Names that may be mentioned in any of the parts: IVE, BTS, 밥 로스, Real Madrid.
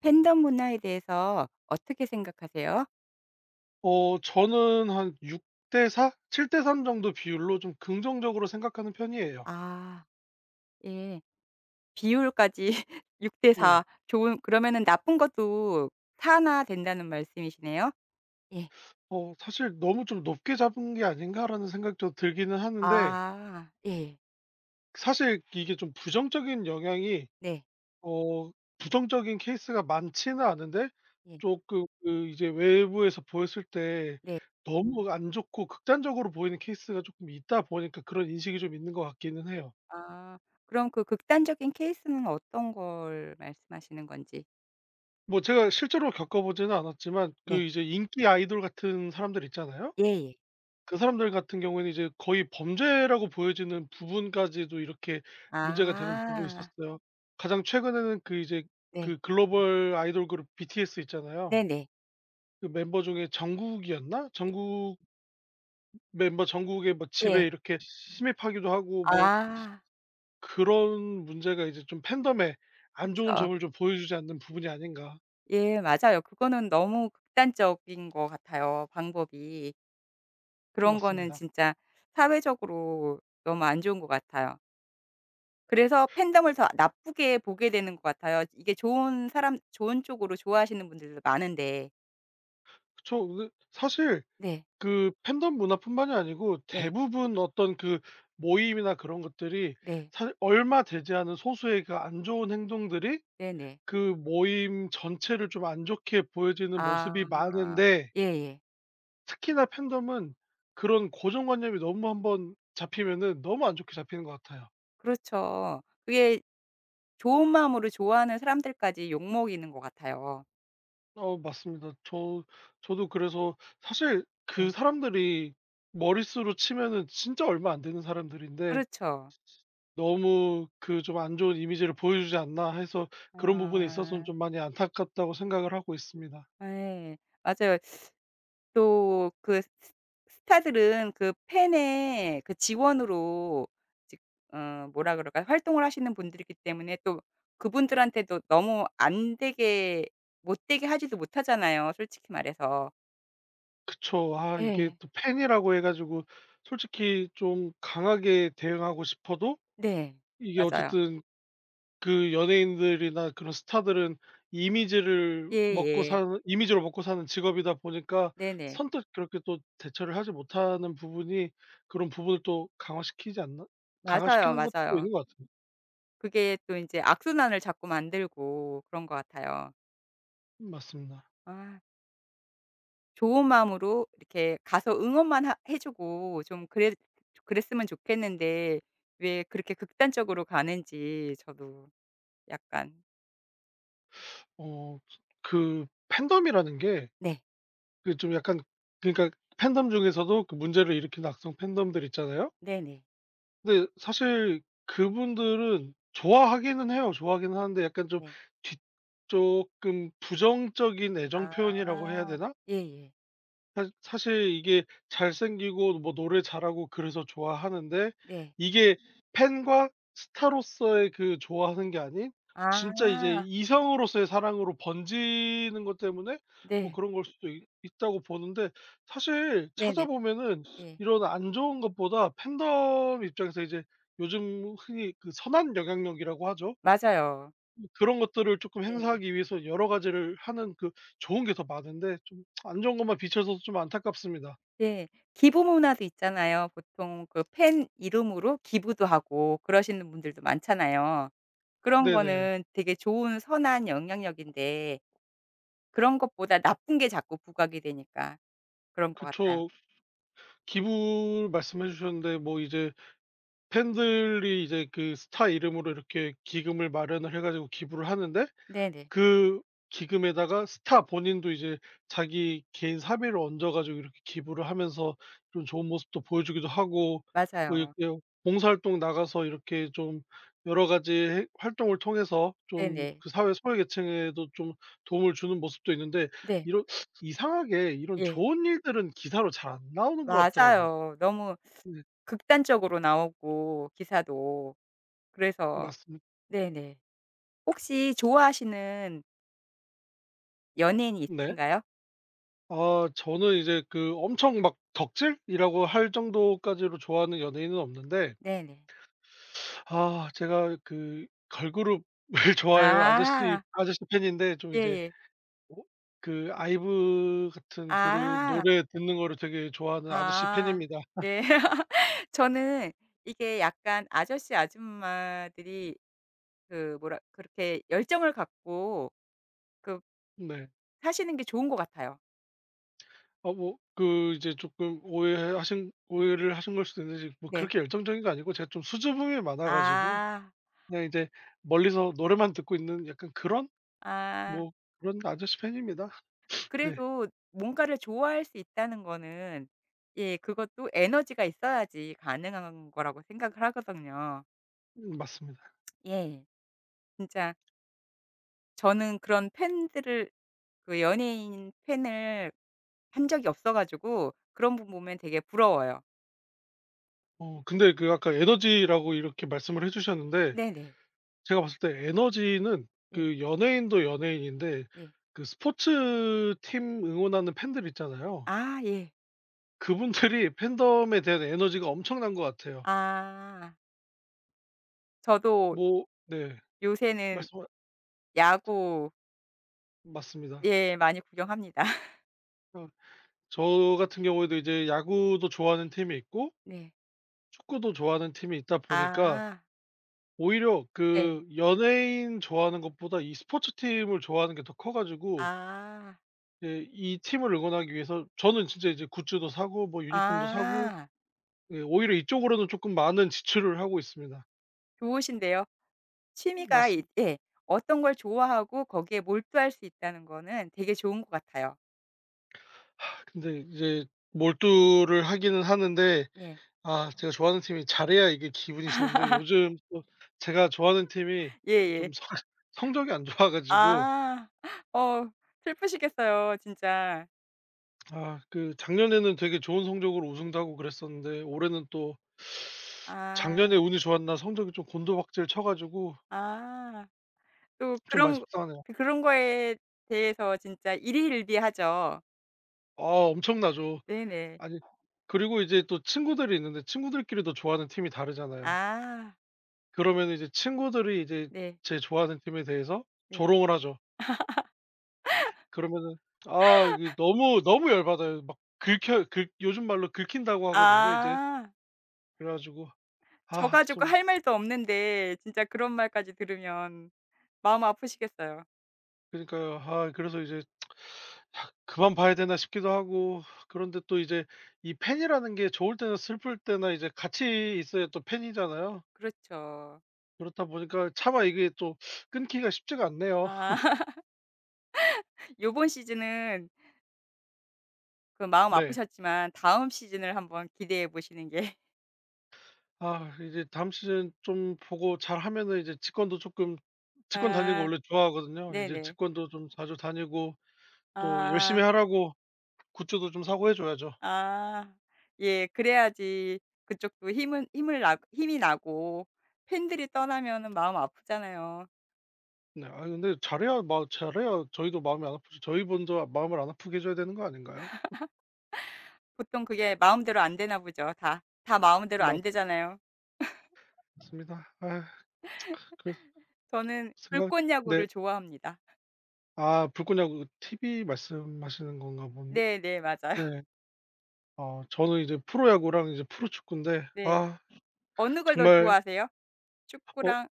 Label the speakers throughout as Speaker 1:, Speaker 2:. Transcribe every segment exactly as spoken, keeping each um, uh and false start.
Speaker 1: 팬덤 문화에 대해서 어떻게 생각하세요?
Speaker 2: 어 저는 한 육 대 사, 칠 대 삼 정도 비율로 좀 긍정적으로 생각하는 편이에요.
Speaker 1: 아, 예. 비율까지 육 대
Speaker 2: 네.
Speaker 1: 사 좋은, 그러면은 나쁜 것도 사나 된다는 말씀이시네요? 예.
Speaker 2: 어, 사실 '너무 좀 높게 잡은 게 아닌가.'라는 생각도 들기는 하는데,
Speaker 1: 아. 예.
Speaker 2: 사실 이게 좀 부정적인 영향이
Speaker 1: 네.
Speaker 2: 어 부정적인 케이스가 많지는 않은데,
Speaker 1: 예.
Speaker 2: 조금 그 이제 외부에서 보였을 때
Speaker 1: 네.
Speaker 2: 너무 안 좋고 극단적으로 보이는 케이스가 조금 있다 보니까 그런 인식이 좀 있는 것 같기는 해요.
Speaker 1: 아, 그럼 그 극단적인 케이스는 어떤 걸 말씀하시는 건지?
Speaker 2: 뭐 제가 실제로 겪어보지는 않았지만 그
Speaker 1: 네.
Speaker 2: 이제 인기 아이돌 같은 사람들 있잖아요.
Speaker 1: 예예.
Speaker 2: 그 사람들 같은 경우에는 이제 거의 범죄라고 보여지는 부분까지도 이렇게 문제가 되는 부분이
Speaker 1: 아.
Speaker 2: 있었어요. 가장 최근에는 그 이제
Speaker 1: 네.
Speaker 2: 그 글로벌 아이돌 그룹 비티에스 있잖아요.
Speaker 1: 네네.
Speaker 2: 그 멤버 중에 정국이었나? 정국 멤버 정국의 뭐 집에
Speaker 1: 네.
Speaker 2: 이렇게 침입하기도 하고, 뭐
Speaker 1: 아,
Speaker 2: 그런 문제가 이제 좀 팬덤에 안 좋은
Speaker 1: 그쵸.
Speaker 2: 점을 좀 보여주지 않는 부분이 아닌가.
Speaker 1: 예, 맞아요. 그거는 너무 극단적인 것 같아요, 방법이. 그런 거는
Speaker 2: 맞습니다.
Speaker 1: 진짜 사회적으로 너무 안 좋은 것 같아요. 그래서 팬덤을 더 나쁘게 보게 되는 것 같아요. 이게 좋은 사람 좋은 쪽으로 좋아하시는 분들도 많은데.
Speaker 2: 그쵸. 사실
Speaker 1: 네.
Speaker 2: 그 팬덤 문화뿐만이 아니고
Speaker 1: 네.
Speaker 2: 대부분 어떤 그 모임이나 그런 것들이,
Speaker 1: 네.
Speaker 2: 사실 얼마 되지 않은 소수의 그 안 좋은 행동들이
Speaker 1: 네네.
Speaker 2: 그 모임 전체를 좀 안 좋게 보여지는 모습이
Speaker 1: 아.
Speaker 2: 많은데,
Speaker 1: 예예.
Speaker 2: 특히나 팬덤은 그런 고정관념이 너무 한번 잡히면은 너무 안 좋게 잡히는 것 같아요.
Speaker 1: 그렇죠. 그게 좋은 마음으로 좋아하는 사람들까지 욕먹이는 것 같아요.
Speaker 2: 어, 맞습니다. 저 저도 그래서 사실 그
Speaker 1: 네.
Speaker 2: 사람들이 머릿수로 치면은 진짜 얼마 안 되는 사람들인데
Speaker 1: 그렇죠.
Speaker 2: 너무 그 좀 안 좋은 이미지를 보여주지 않나 해서 그런 부분에 있어서는
Speaker 1: 아.
Speaker 2: 좀 많이 안타깝다고 생각을 하고 있습니다.
Speaker 1: 예. 맞아요. 또 그 스타들은 그 팬의 그 지원으로, 즉 어 뭐라 그럴까요? 활동을 하시는 분들이기 때문에 또 그분들한테도 너무 안 되게 못 되게 하지도 못하잖아요, 솔직히 말해서.
Speaker 2: 그쵸. 아, 이게
Speaker 1: 예.
Speaker 2: 또 팬이라고 해 가지고 솔직히 좀 강하게 대응하고 싶어도,
Speaker 1: 네.
Speaker 2: 이게
Speaker 1: 맞아요.
Speaker 2: 어쨌든 그 연예인들이나 그런 스타들은 이미지를 먹고
Speaker 1: 예예.
Speaker 2: 사는 이미지로 먹고 사는 직업이다 보니까
Speaker 1: 네네.
Speaker 2: 선뜻 그렇게 또 대처를 하지 못하는 부분이 그런 부분을 또 강화시키지 않나?
Speaker 1: 맞아요,
Speaker 2: 강화시키는 것도
Speaker 1: 맞아요.
Speaker 2: 있는 것 같아요.
Speaker 1: 그게 또 인제 악순환을 자꾸 만들고 그런 것 같아요.
Speaker 2: 맞습니다.
Speaker 1: 아. 좋은 마음으로 이렇게 가서 응원만 하 해 주고 좀 그랬 그랬으면 좋겠는데, 왜 그렇게 극단적으로 가는지 저도 약간.
Speaker 2: 어, 그 팬덤이라는 게
Speaker 1: 네.
Speaker 2: 그 좀 약간, 그러니까 팬덤 중에서도 그 문제를 일으키는 악성 팬덤들 있잖아요.
Speaker 1: 네네.
Speaker 2: 근데 사실 그분들은 좋아하기는 해요. 좋아하긴 하는데 약간 좀
Speaker 1: 네.
Speaker 2: 뒤 조금 부정적인 애정 표현이라고 해야
Speaker 1: 아.
Speaker 2: 되나?
Speaker 1: 예예.
Speaker 2: 사 사실 이게 잘생기고 뭐 노래 잘하고 그래서 좋아하는데,
Speaker 1: 네.
Speaker 2: 이게 팬과 스타로서의 그 좋아하는 게 아닌 진짜 이제
Speaker 1: 아.
Speaker 2: 이성으로서의 사랑으로 번지는 것 때문에 뭐
Speaker 1: 네.
Speaker 2: 그런 걸 수도 있 있다고 보는데, 사실
Speaker 1: 네네.
Speaker 2: 찾아보면은
Speaker 1: 예.
Speaker 2: 이런 안 좋은 것보다 팬덤 입장에서 이제 요즘 흔히 그 선한 영향력이라고 하죠.
Speaker 1: 맞아요.
Speaker 2: 그런 것들을 조금
Speaker 1: 네네.
Speaker 2: 행사하기 위해서 여러 가지를 하는 그 좋은 게 더 많은데 좀 안 좋은 것만 비춰서 좀 안타깝습니다.
Speaker 1: 예. 기부 문화도 있잖아요. 보통 그 팬 이름으로 기부도 하고 그러시는 분들도 많잖아요. 그런
Speaker 2: 네네.
Speaker 1: 거는 되게 좋은 선한 영향력인데, 그런 것보다 나쁜 게 자꾸 부각이 되니까 그런 것 같아요.
Speaker 2: 그쵸. 기부를 말씀해 주셨는데 뭐 이제 팬들이 이제 그 스타 이름으로 이렇게 기금을 마련을 해 가지고 기부를 하는데,
Speaker 1: 네네.
Speaker 2: 그 기금에다가 스타 본인도 이제 자기 개인 사비를 얹어 가지고 이렇게 기부를 하면서 좀 좋은 모습도 보여주기도 하고, 뭐
Speaker 1: 맞아요.
Speaker 2: 이렇게 봉사활동 나가서 이렇게 좀 여러 가지 해 활동을 통해서 좀
Speaker 1: 네네.
Speaker 2: 그 사회 소외계층에도 좀 도움을 주는 모습도 있는데,
Speaker 1: 네.
Speaker 2: 이런 이상하게 이런
Speaker 1: 예.
Speaker 2: 좋은 일들은 기사로 잘 안 나오는 것 같더라고요.
Speaker 1: 맞아요. 너무
Speaker 2: 네.
Speaker 1: 극단적으로 나오고, 기사도. 그래서
Speaker 2: 맞습니
Speaker 1: 네네. 혹시 좋아하시는 연예인이
Speaker 2: 네.
Speaker 1: 있으신가요?
Speaker 2: 아, 저는 이제 그 엄청 막 덕질이라고 할 정도까지로 좋아하는 연예인은 없는데,
Speaker 1: 네네.
Speaker 2: 아, 제가 그 걸그룹을 좋아해요. 아저씨
Speaker 1: 아.
Speaker 2: 아저씨 팬인데 좀 이제,
Speaker 1: 예예.
Speaker 2: 어, 그 아이브 같은 그룹
Speaker 1: 아.
Speaker 2: 노래 듣는 거를 되게 좋아하는 아저씨
Speaker 1: 아.
Speaker 2: 팬입니다.
Speaker 1: 네. 저는 이게 약간 아저씨 아줌마들이 그 뭐라 그렇게 열정을 갖고 그
Speaker 2: 네.
Speaker 1: 사시는 게 좋은 것 같아요.
Speaker 2: 어, 뭐 그 이제 조금 오해하신 오해를 하신 걸 수도 있는데, 뭐
Speaker 1: 네.
Speaker 2: 그렇게 열정적인 거 아니고 제가 좀 수줍음이 많아 가지고
Speaker 1: 아.
Speaker 2: 그냥 이제 멀리서 노래만 듣고 있는 약간 그런,
Speaker 1: 아.
Speaker 2: 뭐 그런 아저씨 팬입니다. 네.
Speaker 1: 그래도 뭔가를 좋아할 수 있다는 거는, 예 그것도 에너지가 있어야지 가능한 거라고 생각을 하거든요.
Speaker 2: 음 맞습니다.
Speaker 1: 예. 진짜 저는 그런 팬들을 그 연예인 팬을 한 적이 없어 가지고 그런 분 보면 되게 부러워요.
Speaker 2: 어, 근데 그 아까 에너지라고 이렇게 말씀을 해 주셨는데,
Speaker 1: 네네.
Speaker 2: 제가 봤을 때 에너지는
Speaker 1: 네.
Speaker 2: 그 연예인도 연예인인데,
Speaker 1: 네.
Speaker 2: 그 스포츠팀 응원하는 팬들 있잖아요.
Speaker 1: 아 예.
Speaker 2: 그분들이 팬덤에 대한 에너지가 엄청난 것 같아요.
Speaker 1: 아. 저도
Speaker 2: 뭐, 네.
Speaker 1: 요새는
Speaker 2: 말씀
Speaker 1: 야구
Speaker 2: 맞습니다.
Speaker 1: 예 많이 구경합니다.
Speaker 2: 어, 저 같은 경우에도 이제 야구도 좋아하는 팀이 있고
Speaker 1: 네.
Speaker 2: 축구도 좋아하는 팀이 있다 보니까
Speaker 1: 아.
Speaker 2: 오히려
Speaker 1: 네.
Speaker 2: 그 연예인 좋아하는 것보다 이 스포츠팀을 좋아하는 게 더 커 가지고
Speaker 1: 아.
Speaker 2: 이제 이 팀을 응원하기 위해서 저는 진짜 이제 굿즈도 사고 뭐 유니폼도 사고,
Speaker 1: 아,
Speaker 2: 예, 오히려 이쪽으로는 조금 많은 지출을 하고 있습니다.
Speaker 1: 좋으신데요. 취미가 이
Speaker 2: 맞습니다.
Speaker 1: 예, 어떤 걸 좋아하고 거기에 몰두할 수 있다는 거는 되게 좋은 것 같아요.
Speaker 2: 근데 이제 몰두를 하기는 하는데,
Speaker 1: 네.
Speaker 2: 아, 제가 좋아하는 팀이 잘해야 이게 기분이 좋은데 요즘 또 제가 좋아하는 팀이 좀
Speaker 1: 예예.
Speaker 2: 성 성적이 안 좋아 가지고,
Speaker 1: 아. 어, 슬프시겠어요 진짜.
Speaker 2: 아, 그 작년에는 되게 좋은 성적으로 우승도 하고 그랬었는데 올해는 또
Speaker 1: 아.
Speaker 2: 작년에 운이 좋았나 성적이 좀 곤두박질 쳐 가지고
Speaker 1: 아. 또
Speaker 2: 좀 많이
Speaker 1: 그런
Speaker 2: 속상하네요.
Speaker 1: 그 그런 거에 대해서 진짜 일희일비하죠.
Speaker 2: 아, 엄청나죠.
Speaker 1: 네네.
Speaker 2: 아니, 그리고 이제 또 친구들이 있는데 친구들끼리도 좋아하는 팀이 다르잖아요.
Speaker 1: 아.
Speaker 2: 그러면은 이제 친구들이 이제
Speaker 1: 네.
Speaker 2: 제 좋아하는 팀에 대해서
Speaker 1: 네.
Speaker 2: 조롱을 하죠. 그러면은 아, 이게 너무 너무 열 받아요. 막 긁혀 긁 요즘 말로 긁힌다고 하거든요 이제.
Speaker 1: 아.
Speaker 2: 그래 가지고
Speaker 1: 져
Speaker 2: 아
Speaker 1: 가지고
Speaker 2: 좀,
Speaker 1: 할 말도 없는데 진짜 그런 말까지 들으면 마음 아프시겠어요.
Speaker 2: 그니까요. 러아, 그래서 이제 아, '그만 봐야 되나?' 싶기도 하고, 그런데 또 이제 이 팬이라는 게 좋을 때나 슬플 때나 이제 같이 있어야 또 팬이잖아요.
Speaker 1: 그렇죠.
Speaker 2: 그렇다 보니까 차마 이게 또 끊기가 쉽지가 않네요.
Speaker 1: 아 요번 시즌은 그 마음
Speaker 2: 네.
Speaker 1: 아프셨지만, 다음 시즌을 한번 기대해 보시는 게
Speaker 2: 아, 이제 다음 시즌 좀 보고 잘하면은 이제 직관도 조금 직관 다니는 거
Speaker 1: 아
Speaker 2: 원래 좋아하거든요. 이제
Speaker 1: 네네.
Speaker 2: 직관도 좀 자주 다니고 또
Speaker 1: 아
Speaker 2: 열심히 하라고 굿즈도 좀 사고 해 줘야죠.
Speaker 1: 아. 예, 그래야지 그쪽도 힘은 힘을 나 힘이 나고, 팬들이 떠나면은 마음 아프잖아요.
Speaker 2: 네. 아, 근데 잘해야 마 잘해야 저희도 마음이 안 아프죠. 저희 먼저 마음을 안 아프게 해 줘야 되는 거 아닌가요?
Speaker 1: 보통 그게 마음대로 안 되나 보죠 다. 다 마음대로 안 되잖아요.
Speaker 2: 맞습니다. 아, 그래서
Speaker 1: 저는
Speaker 2: 생각
Speaker 1: 불꽃
Speaker 2: 네.
Speaker 1: 야구를 좋아합니다.
Speaker 2: 아, 불꽃야구 티비 말씀하시는 건가 본.
Speaker 1: 네네. 맞아요.
Speaker 2: 네. 어, 저는 이제 프로야구랑 이제 프로축구인데,
Speaker 1: 네.
Speaker 2: 아
Speaker 1: 어느 걸 더
Speaker 2: 정말
Speaker 1: 좋아하세요?
Speaker 2: 어
Speaker 1: 축구랑.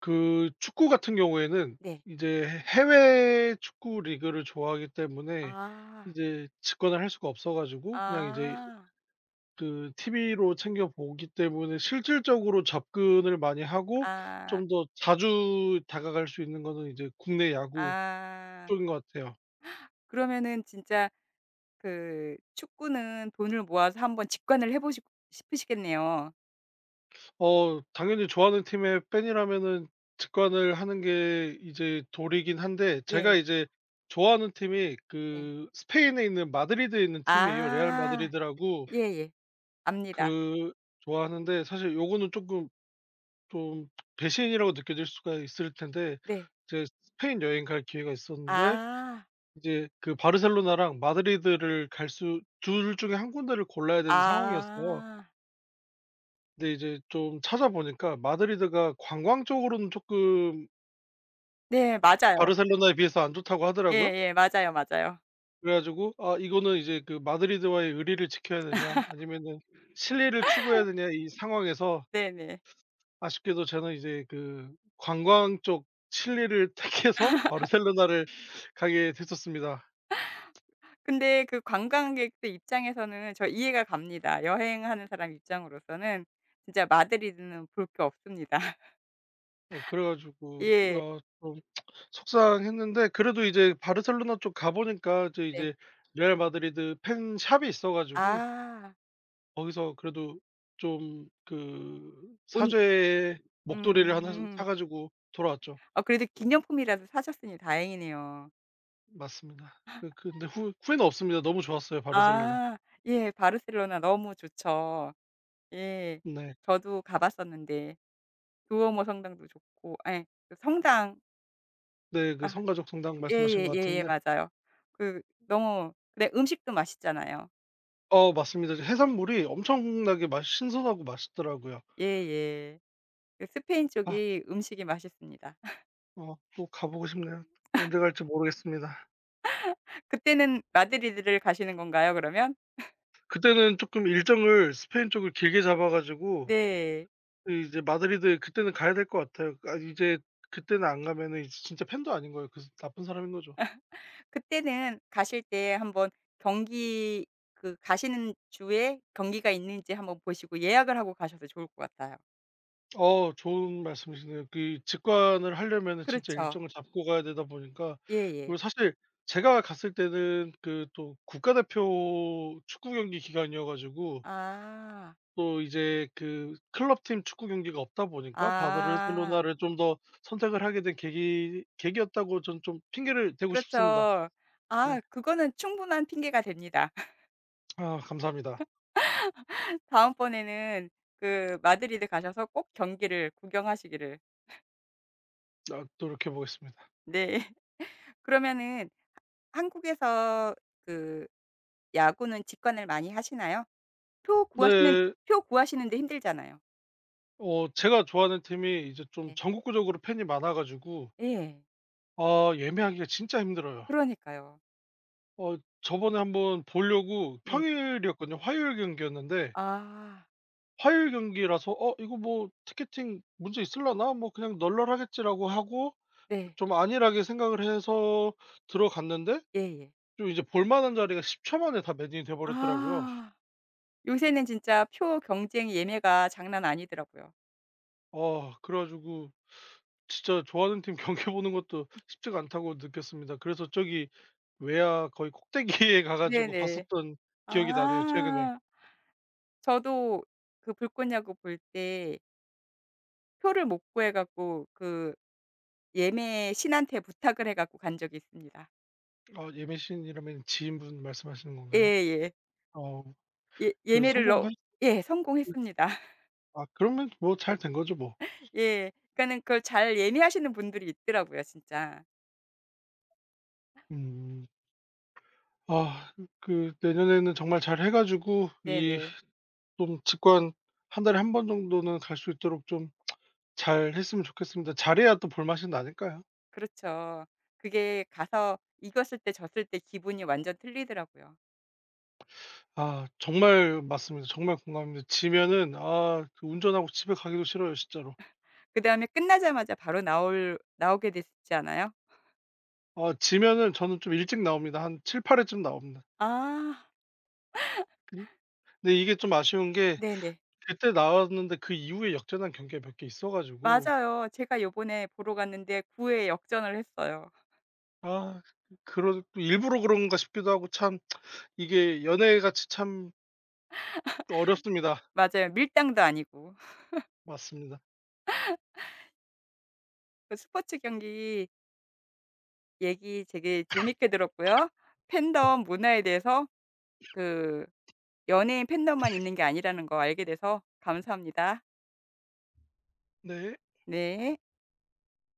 Speaker 2: 그 축구 같은 경우에는
Speaker 1: 네.
Speaker 2: 이제 해외 축구 리그를 좋아하기 때문에
Speaker 1: 아.
Speaker 2: 이제 직관을 할 수가 없어 가지고 그냥 이제
Speaker 1: 아.
Speaker 2: 그 티비로 챙겨 보기 때문에 실질적으로 접근을 많이 하고,
Speaker 1: 아.
Speaker 2: 좀 더 자주 다가갈 수 있는 거는 이제 국내 야구
Speaker 1: 아.
Speaker 2: 쪽인 것 같아요.
Speaker 1: 그러면은 진짜 그 축구는 돈을 모아서 한번 직관을 해 보시고 싶으시겠네요.
Speaker 2: 어, 당연히 좋아하는 팀의 팬이라면은 직관을 하는 게 이제 도리긴 한데, 제가
Speaker 1: 네.
Speaker 2: 이제 좋아하는 팀이
Speaker 1: 네.
Speaker 2: 그 스페인에 있는 마드리드에 있는 팀이에요. 레알
Speaker 1: 아.
Speaker 2: 마드리드라고.
Speaker 1: 예예. 압니다.
Speaker 2: 그, 좋아하는데 사실 요거는 조금 좀 배신이라고 느껴질 수가 있을 텐데,
Speaker 1: 네.
Speaker 2: 이제 스페인 여행 갈 기회가 있었는데,
Speaker 1: 아.
Speaker 2: 이제 그 바르셀로나랑 마드리드를 갈 수 둘 중에 한 군데를 골라야 되는 상황이었어요.
Speaker 1: 아.
Speaker 2: 근데 이제 좀 찾아보니까 마드리드가 관광 쪽으로는 조금
Speaker 1: 네 맞아요.
Speaker 2: 바르셀로나에 비해서 안 좋다고 하더라고요.
Speaker 1: 예예. 맞아요, 맞아요.
Speaker 2: 그래 가지고 '아, 이거는 이제 그 마드리드와의 의리를 지켜야 되냐, 아니면은 실리를 추구해야 되냐, 이 상황에서'
Speaker 1: 네네.
Speaker 2: 아쉽게도 저는 이제 그 관광 쪽 칠리를 택해서 바르셀로나를 가게 됐었습니다.
Speaker 1: 근데 그 관광객들 입장에서는 저 이해가 갑니다. 여행하는 사람 입장으로서는 진짜 마드리드는 볼 게 없습니다.
Speaker 2: 어, 그래 가지고
Speaker 1: 예.
Speaker 2: 어 좀 속상했는데 그래도 이제 바르셀로나 쪽 가 보니까 저
Speaker 1: 네.
Speaker 2: 이제 레알 마드리드 팬 샵이 있어 가지고
Speaker 1: 아.
Speaker 2: 거기서 그래도 좀 그
Speaker 1: 온
Speaker 2: 사죄의 목도리를 하나 사
Speaker 1: 음.
Speaker 2: 가지고 돌아왔죠.
Speaker 1: 아, 그래도 기념품이라도 사셨으니 다행이네요.
Speaker 2: 맞습니다. 그 그 근데 후 후회는 없습니다. 너무 좋았어요 바르셀로나.
Speaker 1: 아. 예. 바르셀로나 너무 좋죠. 예.
Speaker 2: 네.
Speaker 1: 저도 가 봤었는데 두오모 성당도 좋고 예. 그 성당
Speaker 2: 네, 그
Speaker 1: 아
Speaker 2: 성가족 성당 말씀하신 것
Speaker 1: 예예 예예.
Speaker 2: 같은데
Speaker 1: 맞아요. 그 너무 근데 음식도 맛있잖아요.
Speaker 2: 어, 맞습니다. 이제 해산물이 엄청나게 맛 신선하고 맛있더라고요.
Speaker 1: 예예. 그 스페인
Speaker 2: 아,
Speaker 1: 쪽이 음식이 맛있습니다.
Speaker 2: 어 또 가보고 싶네요. 언제 갈지 모르겠습니다.
Speaker 1: 그때는 마드리드를 가시는 건가요 그러면?
Speaker 2: 그때는 조금 일정을 스페인 쪽을 길게 잡아 가지고
Speaker 1: 네.
Speaker 2: 그 이제 마드리드 그때는 가야 될 것 같아요. 아, 이제 그때는 안 가면은 이제 진짜 팬도 아닌 거예요. 그 나쁜 사람인 거죠.
Speaker 1: 그때는 가실 때 한번 경기 그 가시는 주에 경기가 있는지 한번 보시고 예약을 하고 가셔도 좋을 것 같아요.
Speaker 2: 어, 좋은 말씀이시네요. 그 직관을 하려면은 진짜
Speaker 1: 그렇죠.
Speaker 2: 일정을 잡고 가야 되다 보니까,
Speaker 1: 예예.
Speaker 2: 그리고 사실 제가 갔을 때는 그 또 국가대표 축구 경기 기간이어 가지고
Speaker 1: 아.
Speaker 2: 또 이제 그 클럽팀 축구 경기가 없다 보니까
Speaker 1: 아.
Speaker 2: 바르셀로나를 좀 더 선택을 하게 된 계기 계기였다고 저는 좀 핑계를 대고 싶습니다.
Speaker 1: 그렇죠.
Speaker 2: 네.
Speaker 1: 아, 그거는 충분한 핑계가 됩니다.
Speaker 2: 아, 감사합니다.
Speaker 1: 다음번에는 그 마드리드 가셔서 꼭 경기를 구경하시기를.
Speaker 2: 아, 노력해 보겠습니다.
Speaker 1: 네. 그러면은 한국에서 그 야구는 직관을 많이 하시나요? 표 구하시는
Speaker 2: 네.
Speaker 1: 표 구하시는데 힘들잖아요.
Speaker 2: 어, 제가 좋아하는 팀이 이제 좀
Speaker 1: 네.
Speaker 2: 전국구적으로 팬이 많아 가지고
Speaker 1: 예.
Speaker 2: 아, 예매하기가 진짜 힘들어요.
Speaker 1: 그러니까요.
Speaker 2: 어, 저번에 한번 보려고
Speaker 1: 네.
Speaker 2: 평일이었거든요. 화요일 경기였는데,
Speaker 1: 아
Speaker 2: 화요일 경기라서 '어, 이거 뭐 티켓팅 문제 있을라나? 뭐 그냥 널널하겠지.'라고 하고
Speaker 1: 네.
Speaker 2: 좀 안일하게 생각을 해서 들어갔는데
Speaker 1: 예예.
Speaker 2: 좀 이제 볼 만한 자리가 십 초 만에 다 매진이 돼 버렸더라고요.
Speaker 1: 아. 요새는 진짜 표 경쟁 예매가 장난 아니더라고요.
Speaker 2: 아, 그래 가지고 진짜 좋아하는 팀 경기 보는 것도 쉽지가 않다고 느꼈습니다. 그래서 저기 외야 거의 꼭대기에 가 가지고
Speaker 1: 네네.
Speaker 2: 봤었던 기억이 나네요 최근에.
Speaker 1: 아. 저도 그 불꽃 야구 볼 때 표를 못 구해 갖고 그 예매 신한테 부탁을 해 갖고 간 적이 있습니다.
Speaker 2: 아, 예매신이라면 지인분 말씀하시는 건가요?
Speaker 1: 예예.
Speaker 2: 어,
Speaker 1: 예
Speaker 2: 그래서
Speaker 1: 예매를 넣
Speaker 2: 성공한?
Speaker 1: 예 성공했습니다.
Speaker 2: 아, 그러면 뭐 잘 된 거죠 뭐.
Speaker 1: 예. 그러니까는 그걸 잘 예매하시는 분들이 있더라고요 진짜.
Speaker 2: 음. 아, 그 내년에는 정말 잘 해 가지고 이
Speaker 1: 네네.
Speaker 2: 좀 직관, 한 달에 한 번 정도는 갈 수 있도록 좀 잘 했으면 좋겠습니다. 잘해야 또 볼맛이 나니까요.
Speaker 1: 그렇죠. 그게 가서 익었을 때 졌을 때 기분이 완전 틀리더라고요.
Speaker 2: 아, 정말 맞습니다. 정말 공감합니다. 지면은 아, 그 운전하고 집에 가기도 싫어요 진짜로.
Speaker 1: 그다음에 끝나자마자 바로 나올 나오게 되지 않아요?
Speaker 2: 아, 지면은 저는 좀 일찍 나옵니다. 한 칠 팔 회쯤 나옵니다.
Speaker 1: 아
Speaker 2: 근 근데 이게 좀 아쉬운 게
Speaker 1: 네네.
Speaker 2: 그때 나왔는데 그 이후에 역전한 경기가 몇 개 있어 가지고,
Speaker 1: 맞아요. 제가 요번에 보러 갔는데 구 회 역전을 했어요.
Speaker 2: 아, 그런 일부러 그런가 싶기도 하고, 참 이게 연애같이 참 어렵습니다.
Speaker 1: 맞아요. 밀당도 아니고.
Speaker 2: 맞습니다.
Speaker 1: 그 스포츠 경기 얘기 되게 재밌게 들었고요. 팬덤 문화에 대해서 그 연예인 팬덤만 있는 게 아니라는 거 알게 돼서 감사합니다.
Speaker 2: 네.
Speaker 1: 네.